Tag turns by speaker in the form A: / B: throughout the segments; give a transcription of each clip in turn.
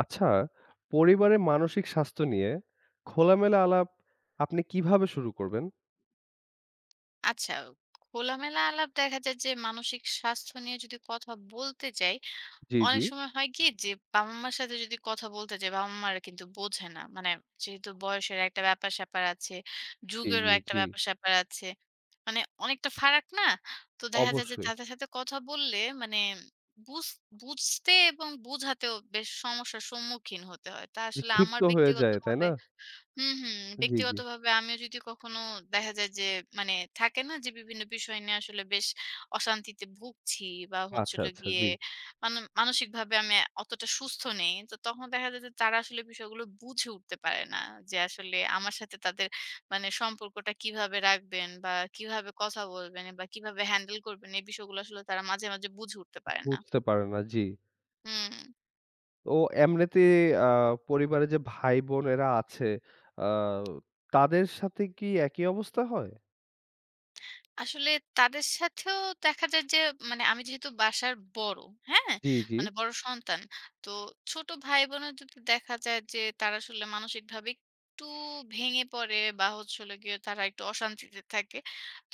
A: আচ্ছা, পরিবারে মানসিক স্বাস্থ্য নিয়ে খোলামেলা আলাপ আপনি কিভাবে শুরু করবেন?
B: আচ্ছা, খোলামেলা আলাপ দেখা যায় যে মানসিক স্বাস্থ্য নিয়ে যদি কথা বলতে যাই,
A: জি, জি,
B: অনেক সময় হয় কি যে বাবা-মার সাথে যদি কথা বলতে যাই, বাবা-মারা কিন্তু বোঝে না। মানে যেহেতু বয়সের একটা ব্যাপার-স্যাপার আছে,
A: জি,
B: যুগেরও
A: জি,
B: একটা
A: জি।
B: ব্যাপার-স্যাপার আছে। মানে অনেকটা ফারাক না? তো দেখা যায় যে
A: অবশ্যই।
B: তাদের সাথে কথা বললে মানে বুঝ বুঝতে এবং বোঝাতেও বেশ সমস্যার সম্মুখীন হতে হয়। তা
A: যে
B: আসলে
A: ক্ষিপ্ত
B: আমার
A: হয়ে যায়, তাই
B: ব্যক্তিগতভাবে
A: না?
B: হুম, হুম।
A: জি, জি।
B: ব্যক্তিগতভাবে আমিও যদি কখনো দেখা যায় যে মানে থাকে না যে বিভিন্ন বিষয় নিয়ে আসলে বেশ অশান্তিতে ভুগছি বা হচ্ছে
A: আচ্ছা,
B: হলো
A: আচ্ছা,
B: গিয়ে
A: জি।
B: মানে মানসিকভাবে আমি অতটা সুস্থ নেই। তো তখন দেখা যায় যে তারা আসলে বিষয়গুলো বুঝে উঠতে পারে না। যে আসলে আমার সাথে তাদের মানে সম্পর্কটা কিভাবে রাখবেন বা কিভাবে কথা বলবেন বা কিভাবে হ্যান্ডেল করবেন এই বিষয়গুলো আসলে তারা মাঝে, মাঝে বুঝে উঠতে পারে না।
A: বুঝতে পারে না, জি।
B: হুম।
A: তো এমনিতে আ পরিবারে যে ভাই-বোনেরা আছে, আ তাদের সাথে কি একই অবস্থা হয়?
B: আসলে তাদের সাথেও দেখা যায় যে মানে আমি যেহেতু বাসার বড়, হ্যাঁ?
A: জি, জি।
B: মানে বড় সন্তান। তো ছোট ভাই-বোনের যদি দেখা যায় যে তারা আসলে মানসিকভাবে একটু ভেঙে পড়ে বা হচ্ছে হলো গিয়ে তারা একটু অশান্তিতে থাকে।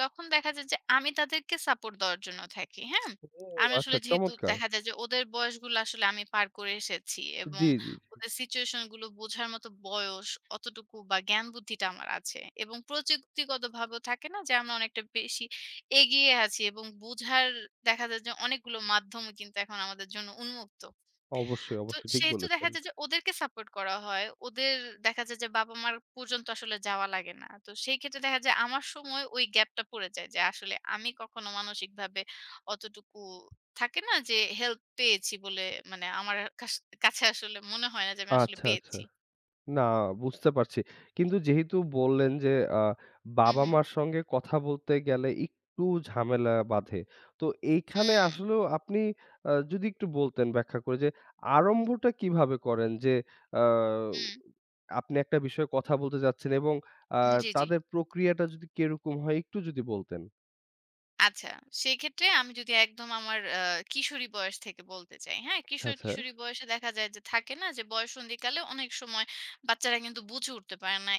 B: তখন দেখা যায় যে আমি তাদেরকে সাপোর্ট দেওয়ার জন্য থাকি, হ্যাঁ?
A: ও
B: আমি
A: আচ্ছা,
B: আসলে যেহেতু
A: চমৎকার!
B: দেখা যায় যে ওদের বয়সগুলো আসলে আমি পার করে এসেছি এবং
A: জি, জি, জি।
B: ওদের সিচুয়েশন গুলো বোঝার মতো বয়স অতটুকু বা জ্ঞান বুদ্ধিটা আমার আছে। এবং প্রযুক্তিগতভাবেও থাকে না যে আমরা অনেকটা বেশি এগিয়ে আছি এবং বোঝার দেখা যায় যে অনেকগুলো মাধ্যমই কিন্তু এখন আমাদের জন্য উন্মুক্ত।
A: অবশ্যই,
B: তো
A: অবশ্যই ঠিক
B: সেহেতু
A: বলেছেন।
B: দেখা যায় যে ওদেরকে সাপোর্ট করা হয়। ওদের দেখা যায় যে বাবা-মার পর্যন্ত আসলে যাওয়া লাগে না। তো সেই ক্ষেত্রে দেখা যায় আমার সময় ওই গ্যাপটা পড়ে যায় যে আসলে আমি কখনো মানসিকভাবে অতটুকু থাকে না যে হেল্প পেয়েছি বলে মানে আমার কাছে আসলে মনে হয় না যে আমি আসলে
A: আচ্ছা, আচ্ছা।
B: পেয়েছি।
A: না, বুঝতে পারছি। কিন্তু যেহেতু বললেন যে আ
B: হু, হু।
A: বাবা-মার সঙ্গে কথা বলতে গেলে একটু ঝামেলা বাধে। তো এইখানে
B: হুম,
A: আসলেও আপনি যদি একটু বলতেন ব্যাখ্যা করে যে আরম্ভটা কিভাবে করেন? যে আ
B: হুম।
A: আপনি একটা বিষয়ে কথা বলতে যাচ্ছেন এবং আ
B: জি, জি।
A: তাদের প্রক্রিয়াটা যদি কিরকম হয় একটু যদি বলতেন?
B: আচ্ছা, সেক্ষেত্রে আমি যদি একদম আমার কিশোরী বয়স থেকে বলতে চাই, হ্যাঁ? কিশোর,
A: আচ্ছা।
B: কিশোরী বয়সে দেখা যায় যে থাকে না যে বয়ঃসন্ধিকালে অনেক সময় বাচ্চারা কিন্তু বুঝে উঠতে পারে না।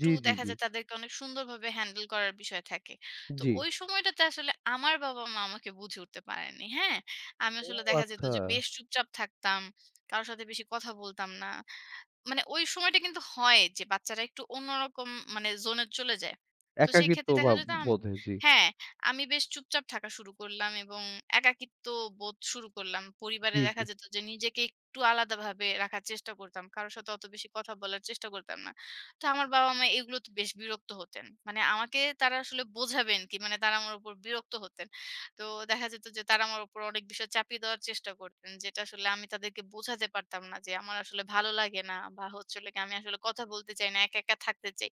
A: জি, জি,
B: দেখা
A: জি,
B: যায় তাদেরকে অনেক সুন্দরভাবে হ্যান্ডেল করার বিষয় থাকে। তো
A: জি।
B: ওই সময়টাতে আসলে আমার বাবা-মা আমাকে বুঝে উঠতে পারেননি, হ্যাঁ? আমি
A: ও
B: আসলে দেখা যেত
A: আচ্ছা।
B: যে বেশ চুপচাপ থাকতাম। কারো সাথে বেশি কথা বলতাম না। মানে ওই সময়টা কিন্তু হয় যে বাচ্চারা একটু অন্যরকম মানে জোনে চলে যায়। তো সেই
A: একাকিত্ব
B: ক্ষেত্রে
A: বা
B: দেখা যেত
A: বোধে, জি।
B: হ্যাঁ, আমি বেশ চুপচাপ থাকা শুরু করলাম এবং একাকিত্ব বোধ শুরু করলাম। পরিবারে
A: জি, জি।
B: দেখা যেত যে নিজেকে একটু আলাদাভাবে রাখার চেষ্টা করতাম। কারো সাথে অত বেশি কথা বলার চেষ্টা করতাম না। তো আমার বাবা-মা এগুলোতে বেশ বিরক্ত হতেন। মানে আমাকে তারা আসলে বোঝাবেন কি? মানে তারা আমার উপর বিরক্ত হতেন। তো দেখা যেত যে তারা আমার উপর অনেক বিষয় চাপিয়ে দেওয়ার চেষ্টা করতেন যেটা আসলে আমি তাদেরকে বোঝাতে পারতাম না যে আমার আসলে ভালো লাগে না বা হচ্ছে হলো গিয়ে আমি আসলে কথা বলতে চাই না একা একা থাকতে চাই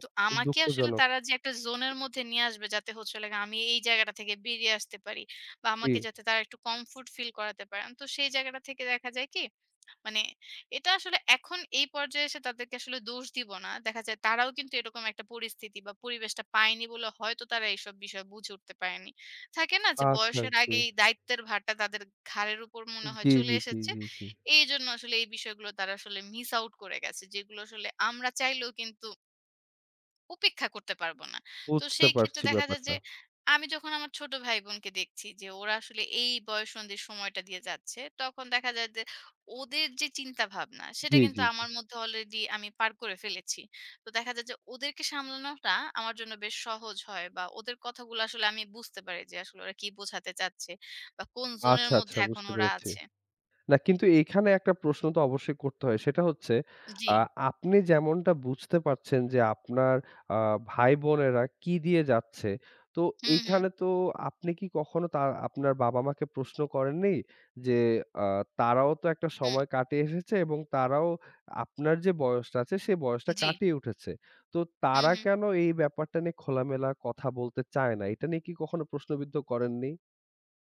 B: তো
A: খুব
B: আমাকে আসলে
A: দুঃখজনক।
B: তারা যে একটা জোনের মধ্যে নিয়ে আসবে যাতে হচ্ছে হলো গিয়ে আমি এই জায়গাটা থেকে বেরিয়ে আসতে পারি বা
A: জি।
B: আমাকে যাতে তারা একটু কমফোর্ট ফিল করাতে পারেন তো সেই জায়গাটা থেকে দেখা যায় কি মানে এটা আসলে এখন এই পর্যায়ে এসে তাদেরকে আসলে দোষ দিব না। দেখা যায় তারাও কিন্তু এরকম একটা পরিস্থিতি বা পরিবেশটা পায়নি বলে হয়তো তারা এইসব বিষয় বুঝে উঠতে পারেনি। থাকে না যে
A: আচ্ছা,
B: বয়সের
A: জি।
B: আগেই দায়িত্বের ভারটা তাদের ঘাড়ের উপর মনে হয়
A: জি,
B: চলে
A: জি, জি,
B: এসেছে।
A: জি, জি।
B: এইজন্য আসলে এই বিষয়গুলো তারা আসলে মিস আউট করে গেছে। যেগুলো আসলে আমরা চাইলেও কিন্তু উপেক্ষা করতে পারব না। তো
A: বুঝতে
B: সেই ক্ষেত্রে
A: পারছি
B: দেখা যায়
A: ব্যাপারটা।
B: যে আমি যখন আমার ছোট ভাই-বোনকে দেখছি যে ওরা আসলে এই বয়ঃসন্ধির সময়টা দিয়ে যাচ্ছে, তখন দেখা যায় যে ওদের যে চিন্তাভাবনা সেটা
A: জি,
B: কিন্তু
A: জি, জি।
B: আমার মধ্যে অলরেডি আমি পার করে ফেলেছি। তো দেখা যায় যে ওদেরকে সামলানোটা আমার জন্য বেশ সহজ হয় বা ওদের কথাগুলো আসলে আমি বুঝতে পারি যে আসলে ওরা কি বোঝাতে চাচ্ছে বা কোন জোনের
A: আচ্ছা, আচ্ছা,
B: মধ্যে এখন
A: বুঝতে
B: ওরা
A: পেরেছি।
B: আছে।
A: না কিন্তু এইখানে একটা প্রশ্ন তো অবশ্যই করতে হয়। সেটা হচ্ছে
B: জি।
A: আ আপনি যেমনটা বুঝতে পারছেন যে আপনার আ ভাই-বোনেরা কি দিয়ে যাচ্ছে। তো
B: হুম, হুম,
A: এইখানে তো আপনি কি কখনো আপনার বাবা-মাকে প্রশ্ন করেননি? যে আ তারাও তো একটা
B: হুম।
A: সময় কাটিয়ে এসেছে এবং তারাও আপনার যে বয়সটা আছে সেই বয়সটা
B: জি।
A: কাটিয়ে উঠেছে। তো
B: হুম,
A: তারা
B: হুম।
A: কেন এই ব্যাপারটা নিয়ে খোলামেলা কথা বলতে চায় না? এটা নিয়ে কি কখনো প্রশ্নবিদ্ধ করেননি?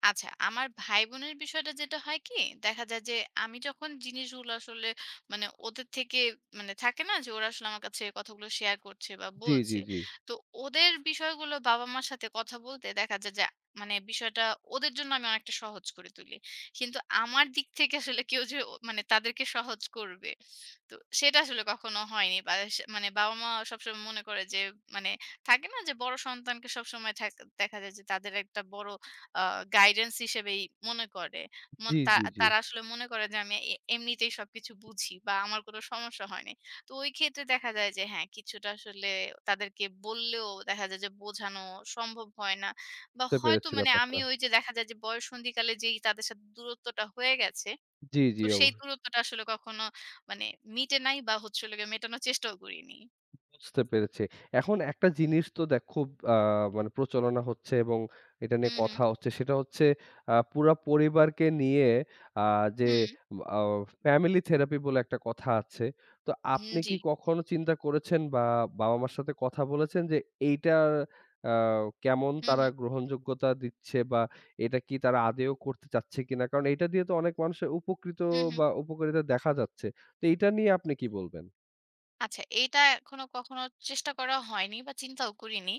B: আচ্ছা, আমার ভাই-বোনের বিষয়টা যেটা হয় কি? দেখা যায় যে আমি যখন জিনিসগুলো আসলে মানে ওদের থেকে মানে থাকে না যে ওরা আসলে আমার কাছে কথাগুলো শেয়ার করছে বা
A: জি, জি,
B: বলছে।
A: জি।
B: তো ওদের বিষয়গুলো বাবা-মার সাথে কথা বলতে দেখা যায় যে মানে বিষয়টা ওদের জন্য আমি অনেকটা সহজ করে তুলি। কিন্তু আমার দিক থেকে আসলে কেউ যে ও মানে তাদেরকে সহজ করবে, তো সেটা আসলে কখনো হয়নি। বা সে মানে বাবা-মা সবসময় মনে করে যে মানে থাকে না যে বড় সন্তানকে সবসময় দেখা যায় যে তাদের একটা বড় আ গাইডেন্স হিসেবেই মনে করে। মন
A: জি,
B: তা
A: জি, জি।
B: তারা আসলে মনে করে যে আমি এ এমনিতেই সবকিছু বুঝি বা আমার কোনো সমস্যা হয় নাই। তো ওই ক্ষেত্রে দেখা যায় যে হ্যাঁ, কিছুটা আসলে তাদেরকে বললেও দেখা যায় যে বোঝানো সম্ভব হয় না। বা
A: বুঝতে
B: হয়তো
A: পেরেছি
B: মানে
A: ব্যাপারটা।
B: আমি ওই যে দেখা যায় যে বয়ঃসন্ধিকালে যেই তাদের সাথে দূরত্বটা হয়ে গেছে,
A: জি, জি,
B: তো সেই দূরত্বটা আসলে কখনো মানে মিটে নাই বা হচ্ছে হলো গিয়ে মেটানোর চেষ্টাও করিনি।
A: বুঝতে পেরেছি। এখন একটা জিনিস তো খুব আ মানে প্রচলনা হচ্ছে এবং এটা নিয়ে
B: হুম, হুম,
A: কথা হচ্ছে। সেটা হচ্ছে পুরা পরিবারকে নিয়ে আ যে
B: হুম,
A: আ ফ্যামিলি থেরাপি বলে একটা কথা আছে। তো
B: হুম,
A: আপনি কি
B: জি।
A: কখনো চিন্তা করেছেন বা বাবা-মার সাথে কথা বলেছেন যে এইটার আ কেমন
B: হুম,
A: তারা
B: হুম,
A: গ্রহণযোগ্যতা দিচ্ছে বা এটা কি তারা আদেও করতে চাচ্ছে কিনা? কারণ এটা দিয়ে তো অনেক মানুষের উপকৃত
B: হুম, হুম।
A: বা উপকারিতা দেখা যাচ্ছে। তো এইটা নিয়ে আপনি কি বলবেন?
B: আচ্ছা, এইটা এখনো কখনো চেষ্টা করা হয়নি বা চিন্তাও করিনি।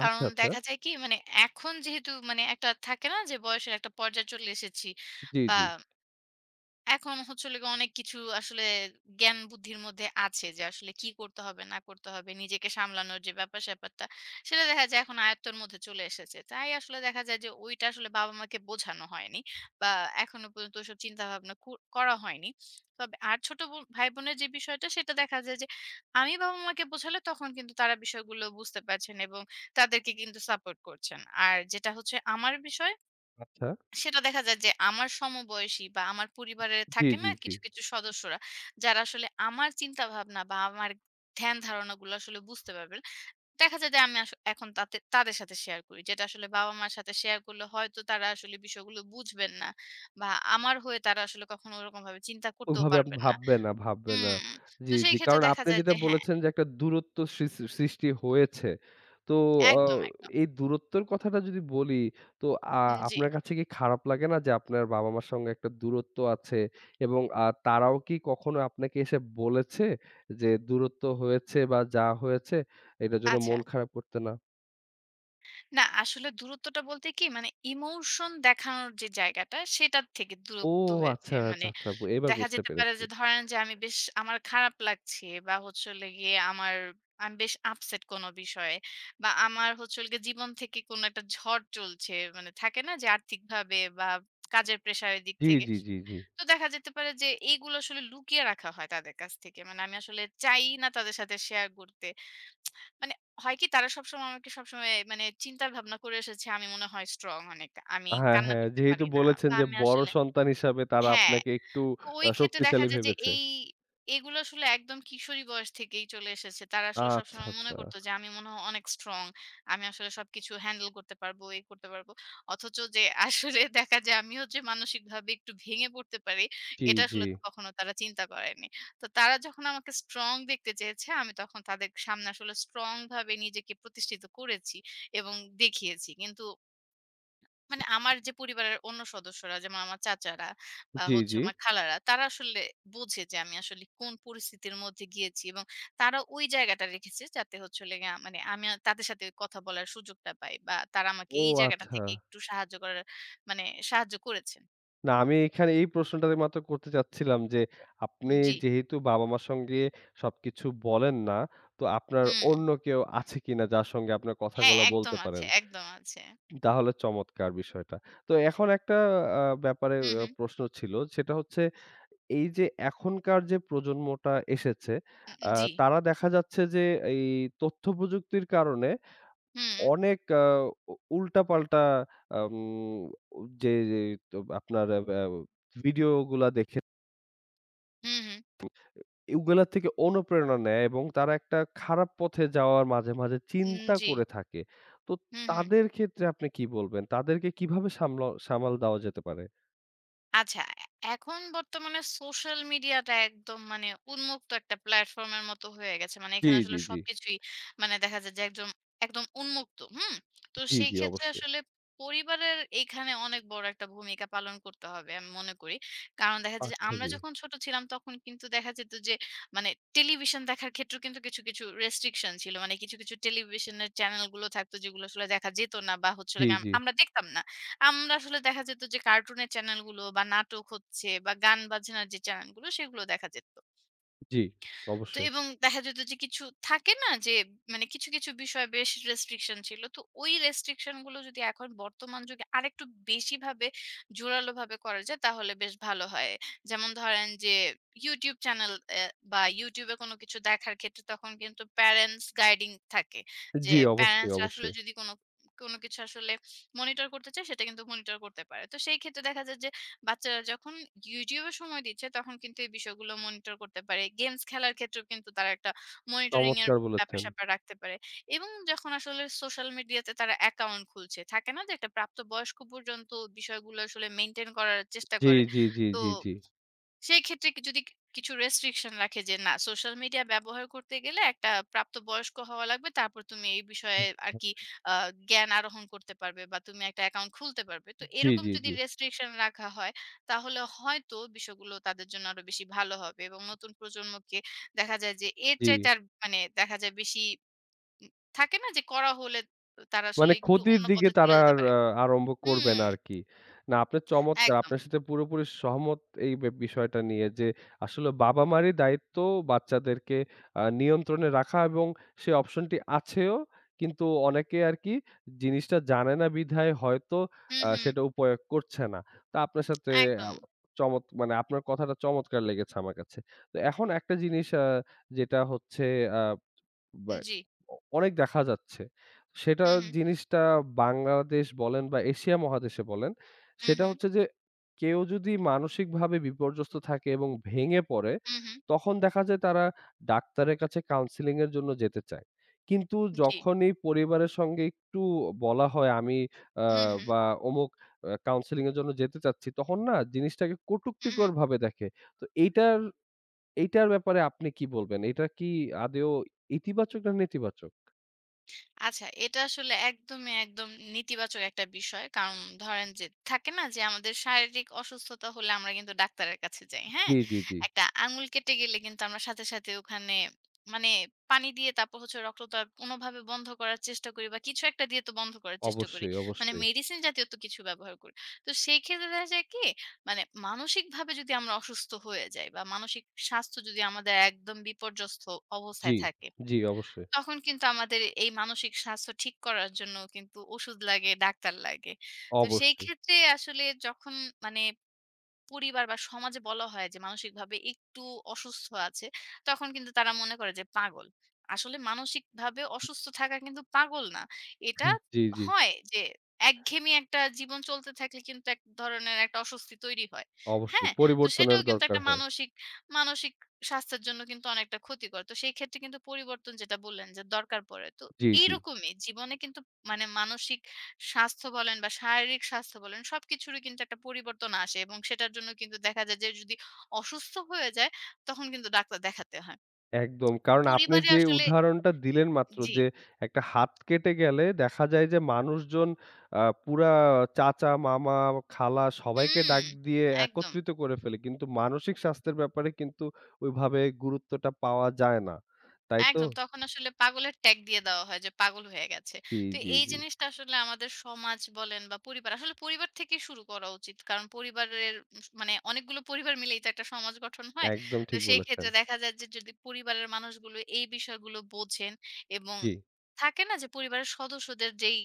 B: কারণ
A: আচ্ছা, আচ্ছা।
B: দেখা যায় কি? মানে এখন যেহেতু মানে একটা থাকে না যে বয়সের একটা পর্যায়ে চলে এসেছি
A: জি,
B: বা
A: জি।
B: এখন হচ্ছে হলো গিয়ে অনেক কিছু আসলে জ্ঞান বুদ্ধির মধ্যে আছে যে আসলে কি করতে হবে না করতে হবে। নিজেকে সামলানোর যে ব্যাপার-স্যাপারটা সেটা দেখা যায় এখন আয়ত্তের মধ্যে চলে এসেছে। তাই আসলে দেখা যায় যে ওইটা আসলে বাবা-মাকে বোঝানো হয়নি বা এখনো পর্যন্ত ওইসব চিন্তাভাবনা করা হয়নি। তবে আর ছোট ভাই-বোনের যে বিষয়টা সেটা দেখা যায় যে আমি বাবা-মাকে বোঝালে তখন কিন্তু তারা বিষয়গুলো বুঝতে পারছেন এবং তাদেরকে কিন্তু সাপোর্ট করছেন। আর যেটা হচ্ছে আমার বিষয়
A: আচ্ছা।
B: সেটা দেখা যায় যে আমার সমবয়সী বা আমার পরিবারে
A: জি,
B: থাকে
A: জি,
B: না
A: জি।
B: কিছু, কিছু সদস্যরা যারা আসলে আমার চিন্তাভাবনা বা আমার ধ্যান ধারণাগুলো আসলে বুঝতে পারবেন। দেখা যায় যে আমি এখন তাতে তাদের সাথে শেয়ার করি। যেটা আসলে বাবা-মার সাথে শেয়ার করলে হয়তো তারা আসলে বিষয়গুলো বুঝবেন না বা আমার হয়ে তারা আসলে কখনো ওরকমভাবে চিন্তা করতেও
A: ওভাবে আপনি
B: পারবেন না।
A: ভাববে না, ভাববে না।
B: হুম,
A: জি,
B: তো সেই
A: জি।
B: ক্ষেত্রে
A: কারণ
B: দেখা
A: আপনি
B: যায়
A: যেটা
B: যে হ্যাঁ,
A: বলেছেন যে একটা দূরত্ব সৃষ্টি হয়েছে। তো আ
B: একদম।
A: এই দূরত্বের কথাটা যদি বলি তো আ
B: জি,
A: আপনার কাছে কি খারাপ লাগে না যে আপনার বাবা-মার সঙ্গে একটা দূরত্ব আছে এবং তারাও কি কখনো আপনাকে এসে বলেছে যে দূরত্ব হয়েছে বা যা হয়েছে এটার জন্য
B: আচ্ছা।
A: মন খারাপ করতে না?
B: না আসলে দূরত্বটা বলতে কি মানে ইমোশন দেখানোর যে জায়গাটা সেটার থেকে
A: ও
B: দূরত্ব হয়েছে।
A: আচ্ছা, আচ্ছা,
B: মানে
A: আচ্ছা। এবার
B: দেখা
A: বুঝতে
B: যেতে পারে
A: পেরেছি।
B: যে ধরেন যে আমি বেশ আমার খারাপ লাগছে বা হচ্ছে হলো গিয়ে আমার আমি বেশ আপসেট কোনো বিষয়ে বা আমার হচ্ছে হলো গিয়ে জীবন থেকে কোনো একটা ঝড় চলছে। মানে থাকে না যে আর্থিকভাবে বা কাজের প্রেশারের দিক
A: জি,
B: থেকে।
A: জি, জি, জি।
B: তো দেখা যেতে পারে যে এইগুলো আসলে লুকিয়ে রাখা হয় তাদের কাছ থেকে। মানে আমি আসলে চাই না তাদের সাথে শেয়ার করতে। মানে হয় কি তারা সবসময় আমাকে মানে চিন্তা ভাবনা করে এসেছে আমি মনে হয় স্ট্রং অনেক। আমি
A: হ্যাঁ,
B: কান্না
A: হ্যাঁ।
B: করতে
A: যেহেতু
B: পারি না
A: বলেছেন
B: বা
A: যে
B: আমি
A: বড়
B: আসলে
A: সন্তান হিসাবে তারা
B: হ্যাঁ।
A: আপনাকে একটু
B: তো ওই ক্ষেত্রে দেখা
A: শক্তিশালী
B: যায় যে
A: ভেবেছে।
B: এগুলো আসলে একদম কিশোরী বয়স থেকেই চলে এসেছে। তারা আসলে
A: আচ্ছা,
B: সবসময় মনে
A: আচ্ছা।
B: করতো যে আমি মনে হয় অনেক স্ট্রং। আমি আসলে সবকিছু হ্যান্ডেল করতে পারবো, এই করতে পারবো। অথচ যে আসলে দেখা যায় আমিও যে মানসিকভাবে একটু ভেঙে পড়তে পারি,
A: জি,
B: এটা
A: জি।
B: আসলে তো কখনো তারা চিন্তা করেনি। তো তারা যখন আমাকে স্ট্রং দেখতে চেয়েছে, আমি তখন তাদের সামনে আসলে স্ট্রং ভাবে নিজেকে প্রতিষ্ঠিত করেছি এবং দেখিয়েছি। কিন্তু মানে আমার যে পরিবারের অন্য সদস্যরা যেমন আমার চাচারা বা
A: জি,
B: হচ্ছে
A: জি।
B: আমার খালারা তারা আসলে বোঝে যে আমি আসলে কোন পরিস্থিতির মধ্যে গিয়েছি এবং তারা ওই জায়গাটা রেখেছে যাতে হচ্ছে হলো গিয়ে মানে আমি আর তাদের সাথে কথা বলার সুযোগটা পাই বা তারা আমাকে
A: ও
B: এই জায়গাটা
A: আচ্ছা।
B: থেকে একটু সাহায্য করার মানে সাহায্য করেছেন।
A: না আমি এখানে এই প্রশ্নটাতে মাত্র করতে চাচ্ছিলাম যে আপনি
B: জি।
A: যেহেতু বাবা-মার সঙ্গে সবকিছু বলেন না, তো আপনার
B: হুম।
A: অন্য কেউ আছে কিনা যার সঙ্গে আপনার
B: হ্যাঁ,
A: কথাগুলা বলতে পারেন?
B: একদম আছে।
A: তাহলে চমৎকার বিষয়টা। তো এখন একটা ব্যাপারে
B: হুম, হুম।
A: প্রশ্ন ছিল সেটা হচ্ছে এই যে এখনকার যে প্রজন্মটা এসেছে,
B: উ
A: আ
B: জি।
A: তারা দেখা যাচ্ছে যে এই তথ্য প্রযুক্তির কারণে
B: হুম,
A: অনেক উল্টাপাল্টা আম যে যে তো আপনার ভিডিও গুলা দেখে
B: হুম, হুম।
A: ওগুলা থেকে অনুপ্রেরণা নেয় এবং তারা একটা খারাপ পথে যাওয়ার মাঝে, মাঝে
B: উম
A: চিন্তা
B: জি।
A: করে থাকে। তো
B: হুম, হুম।
A: তাদের ক্ষেত্রে আপনি কি বলবেন? তাদেরকে কিভাবে সামাল দেওয়া যেতে পারে?
B: আচ্ছা, এখন বর্তমানে সোশ্যাল মিডিয়াটা একদম মানে উন্মুক্ত একটা প্ল্যাটফর্মের মতো হয়ে গেছে। মানে
A: জি,
B: এখানে
A: জি,
B: আসলে
A: জি।
B: সবকিছুই মানে দেখা যায় যে একদম উন্মুক্ত। হুম? তো
A: জি,
B: সেই
A: জি,
B: ক্ষেত্রে
A: অবশ্যই।
B: আসলে পরিবারের এইখানে অনেক বড় একটা ভূমিকা পালন করতে হবে আমি মনে করি। কারণ দেখা যায় যে
A: আচ্ছা,
B: আমরা
A: জি।
B: যখন ছোট ছিলাম তখন কিন্তু দেখা যেত যে মানে টেলিভিশন দেখার ক্ষেত্রেও কিন্তু কিছু, কিছু রেস্ট্রিকশন ছিল। মানে কিছু, কিছু টেলিভিশনের চ্যানেলগুলো থাকতো যেগুলো আসলে দেখা যেত না বা হচ্ছে হলো
A: জি,
B: গিয়ে
A: জি,
B: আমরা দেখতাম না। আমরা আসলে দেখা যেত যে কার্টুনের চ্যানেলগুলো বা নাটক হচ্ছে বা গান বাজনার যে চ্যানেলগুলো সেগুলো দেখা যেত।
A: জি,
B: তো
A: অবশ্যই।
B: এবং দেখা যেত যে কিছু থাকে না যে মানে কিছু, কিছু বিষয়ে বেশ রেস্ট্রিকশন ছিল। তো ওই রেস্ট্রিকশন গুলো যদি এখন বর্তমান যুগে আরেকটু বেশি ভাবে জোরালোভাবে করা যায় তাহলে বেশ ভালো হয়। যেমন ধরেন যে YouTube চ্যানেল এ বা YouTube এ কোনো কিছু দেখার ক্ষেত্রে তখন কিন্তু প্যারেন্টস গাইডিং থাকে। যে
A: জি, অবশ্যই,
B: প্যারেন্টস আসলে
A: অবশ্যই।
B: যদি কোনো কোনো কিছু আসলে মনিটর করতে চায় সেটা কিন্তু মনিটর করতে পারে। তো সেই ক্ষেত্রে দেখা যায় যে বাচ্চারা যখন YouTube এ সময় দিচ্ছে তখন কিন্তু এই বিষয়গুলো মনিটর করতে পারে। গেমস খেলার ক্ষেত্রেও কিন্তু তারা একটা মনিটরিং এর
A: চমৎকার বলেছেন।
B: ব্যাপার-স্যাপার রাখতে পারে। এবং যখন আসলে সোশ্যাল মিডিয়াতে তারা অ্যাকাউন্ট খুলছে, থাকে না যে একটা প্রাপ্তবয়স্ক পর্যন্ত বিষয়গুলো আসলে মেইনটেইন করার চেষ্টা
A: জি,
B: করে।
A: জি, জি,
B: তো
A: জি, জি।
B: সেক্ষেত্রে কি যদি কিছু রেস্ট্রিকশন রাখে যে না সোশ্যাল মিডিয়া ব্যবহার করতে গেলে একটা প্রাপ্তবয়স্ক হওয়া লাগবে তারপর তুমি এই বিষয়ে আর কি জ্ঞান আরোহণ করতে পারবে বা তুমি একটা অ্যাকাউন্ট খুলতে পারবে তো
A: জি,
B: এরকম
A: জি,
B: যদি
A: জি,
B: রেস্ট্রিকশন রাখা হয় তাহলে হয়তো বিষয়গুলো তাদের জন্য আরো বেশি ভালো হবে এবং নতুন প্রজন্মকে দেখা যায় যে এর
A: জি।
B: চাইতে আর মানে দেখা যায় বেশি উম, থাকে না যে করা হলে তারা
A: মানে
B: আসলে একটু
A: ক্ষতির
B: অন্য
A: দিকে
B: পথে চলে
A: তারা
B: যেতে
A: আর
B: পারে।
A: আরম্ভ করবে
B: হুম
A: না আরকি। না আপনার চমৎকার।
B: একদম
A: আপনার সাথে পুরোপুরি সহমত এই বিষয়টা নিয়ে যে, আসলে বাবা-মারই দায়িত্ব বাচ্চাদেরকে নিয়ন্ত্রণে রাখা এবং সে অপশনটি আছেও। কিন্তু অনেকে আরকি জিনিসটা জানে না বিধায় হয়তো
B: হুম হুম
A: সেটা উপয়োগ করছে না। তো আপনার সাথে আ
B: একদম
A: মানে আপনার কথাটা চমৎকার লেগেছে আমার কাছে। তো এখন একটা জিনিস যেটা হচ্ছে আ বা
B: জি
A: অনেক দেখা যাচ্ছে। সেটা
B: হুম হুম
A: জিনিসটা বাংলাদেশ বলেন বা এশিয়া মহাদেশে বলেন,
B: হুম
A: সেটা
B: হুম
A: হচ্ছে যে কেউ যদি মানসিকভাবে বিপর্যস্ত থাকে এবং ভেঙে পড়ে,
B: হুম হুম
A: তখন দেখা যায় তারা ডাক্তারের কাছে কাউন্সেলিং এর জন্য যেতে চায়। কিন্তু
B: জি।
A: যখনই পরিবারের সঙ্গে একটু বলা হয় আমি আ
B: হুম, হুম,
A: বা অমুক কাউন্সেলিং এর জন্য যেতে চাচ্ছি, তখন না জিনিসটাকে
B: হুম, হুম।
A: কটূক্তিকরভাবে দেখে। তো এইটার এইটার ব্যাপারে আপনি কি বলবেন? এটা কি আদৌ ইতিবাচক না নেতিবাচক?
B: আচ্ছা, এটা আসলে একদম নেতিবাচক একটা বিষয়। কারণ ধরেন যে থাকে না যে আমাদের শারীরিক অসুস্থতা হলে আমরা কিন্তু ডাক্তারের কাছে যাই। হ্যাঁ?
A: জি, জি, জি।
B: একটা আঙুল কেটে গেলে কিন্তু আমরা সাথে, সাথে ওখানে মানে পানি দিয়ে তারপর হচ্ছে রক্তচাপ কোনভাবে বন্ধ করার চেষ্টা করি বা কিছু একটা দিয়ে তো বন্ধ করার চেষ্টা করি।
A: অবশ্যই,
B: মানে
A: অবশ্যই।
B: মেডিসিন জাতীয় তো কিছু ব্যবহার করি। তো সেই ক্ষেত্রে দেখা যায় কি মানে মানসিকভাবে যদি আমরা অসুস্থ হয়ে যাই বা মানসিক স্বাস্থ্য যদি আমাদের একদম বিপর্যস্ত
A: জি,
B: অবস্থায় থাকে
A: জি, অবশ্যই,
B: তখন কিন্তু আমাদের এই মানসিক স্বাস্থ্য ঠিক করার জন্য কিন্তু ওষুধ লাগে, ডাক্তার লাগে। তো সেই
A: অবশ্যই।
B: ক্ষেত্রে আসলে যখন মানে পরিবার বা সমাজে বলা হয় যে মানসিকভাবে একটু অসুস্থ আছে, তখন কিন্তু তারা মনে করে যে পাগল। আসলে মানসিকভাবে অসুস্থ থাকা কিন্তু পাগল না। এটা
A: জি, জি,
B: হয় যে একঘেয়েমি একটা জীবন চলতে থাকলে কিন্তু এক ধরনের একটা অস্বস্তি তৈরি হয়।
A: অবশ্যই।
B: হ্যাঁ? তো
A: পরিবর্তনের
B: সেটাও কিন্তু
A: দরকার
B: একটা
A: হয়।
B: মানসিক মানসিক স্বাস্থ্যের জন্য কিন্তু অনেকটা ক্ষতিকর। তো সেই ক্ষেত্রে কিন্তু পরিবর্তন যেটা বললেন যে দরকার পড়ে। তো
A: জি, জি।
B: এইরকমই জীবনে কিন্তু মানে মানসিক স্বাস্থ্য বলেন বা শারীরিক স্বাস্থ্য বলেন সবকিছুরই কিন্তু একটা পরিবর্তন আসে এবং সেটার জন্য কিন্তু দেখা যায় যে যদি অসুস্থ হয়ে যায় তখন কিন্তু ডাক্তার দেখাতে হয়।
A: একদম।
B: তো
A: কারণ আপনি
B: পরিবারে
A: যে
B: আসলে
A: উদাহরণটা দিলেন মাত্র
B: জি।
A: যে একটা হাত কেটে গেলে দেখা যায় যে মানুষজন পুরা চাচা, মামা, খালা সবাইকে
B: হুম,
A: ডাক দিয়ে
B: একদম।
A: একত্রিত করে ফেলে। কিন্তু মানসিক স্বাস্থ্যের ব্যাপারে কিন্তু ওইভাবে গুরুত্বটা পাওয়া যায় না। তাই তো?
B: তখন আসলে পাগলের ট্যাগ দিয়ে দেওয়া হয় যে পাগল হয়ে গেছে।
A: জি,
B: তো
A: জি,
B: এই
A: জি।
B: জিনিসটা আসলে আমাদের সমাজ বলেন বা পরিবার, আসলে পরিবার থেকেই শুরু করা উচিত। কারণ পরিবারের মানে অনেকগুলো পরিবার মিলেই তো একটা সমাজ গঠন হয়।
A: একদম
B: তো
A: ঠিক
B: সেই
A: বলেছেন।
B: ক্ষেত্রে দেখা যায় যে যদি পরিবারের মানুষগুলো এই বিষয়গুলো বোঝেন এবং
A: জি,
B: থাকে না যে পরিবারের সদস্যদের যেই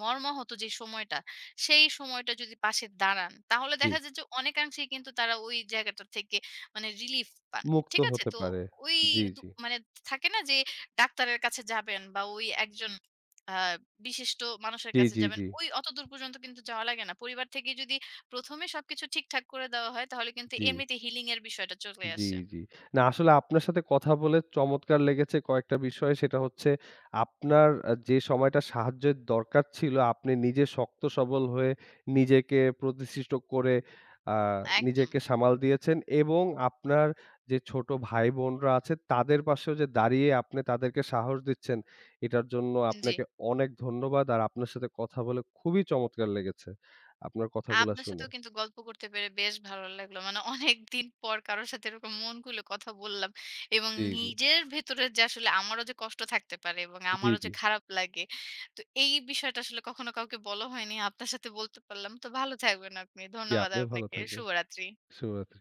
B: মর্মাহত যে সময়টা, সেই সময়টা যদি পাশে দাঁড়ান, তাহলে
A: জি।
B: দেখা যায় যে অনেকাংশেই কিন্তু তারা ওই জায়গাটা থেকে মানে রিলিফ পান।
A: মুক্ত
B: ঠিক আছে?
A: হতে
B: তো
A: পারে।
B: ওই
A: জি, জি।
B: মানে থাকে না যে ডাক্তারের কাছে যাবেন বা ওই একজন আ বিশিষ্ট মানুষের
A: জি,
B: কাছে
A: জি,
B: যাবেন।
A: জি,
B: ওই অতদূর পর্যন্ত কিন্তু যাওয়া লাগে না। পরিবার থেকেই যদি প্রথম এ সবকিছু ঠিকঠাক করে দেওয়া হয়, তাহলে কিন্তু
A: জি।
B: এমনিতে হিলিং এর বিষয়টা চলে
A: জি,
B: আসে।
A: জি। না আসলে আপনার সাথে কথা বলে চমৎকার লেগেছে কয়েকটা বিষয়। সেটা হচ্ছে আপনার যে সময়টা সাহায্যের দরকার ছিল আপনি নিজে শক্ত সবল হয়ে নিজেকে প্রতিষ্ঠিত করে আ
B: একদম।
A: নিজেকে সামাল দিয়েছেন এবং আপনার যে ছোট ভাই-বোনরা আছে তাদের পাশেও যে দাঁড়িয়ে আপনি তাদেরকে সাহস দিচ্ছেন, এটার জন্য
B: জি।
A: আপনাকে অনেক ধন্যবাদ। আর আপনার সাথে কথা বলে খুবই চমৎকার লেগেছে। আপনার কথাগুলা
B: আপনার
A: শুনে।
B: সাথেও কিন্তু গল্প করতে পেরে বেশ ভালো লাগলো। মানে অনেকদিন পর কারো সাথে এরকম মন খুলে কথা বললাম। এবং
A: জি, জি।
B: নিজের ভেতরে যে আসলে আমারও যে কষ্ট থাকতে পারে এবং
A: জি,
B: আমারও
A: জি।
B: যে খারাপ লাগে। তো এই বিষয়টা আসলে কখনো কাউকে বলা হয়নি। আপনার সাথে বলতে পারলাম। তো ভালো থাকবেন আপনি।
A: জি,
B: ধন্যবাদ
A: আপনিও ভালো
B: আপনাকে।
A: থাকবেন।
B: শুভরাত্রি।
A: শুভরাত্রি।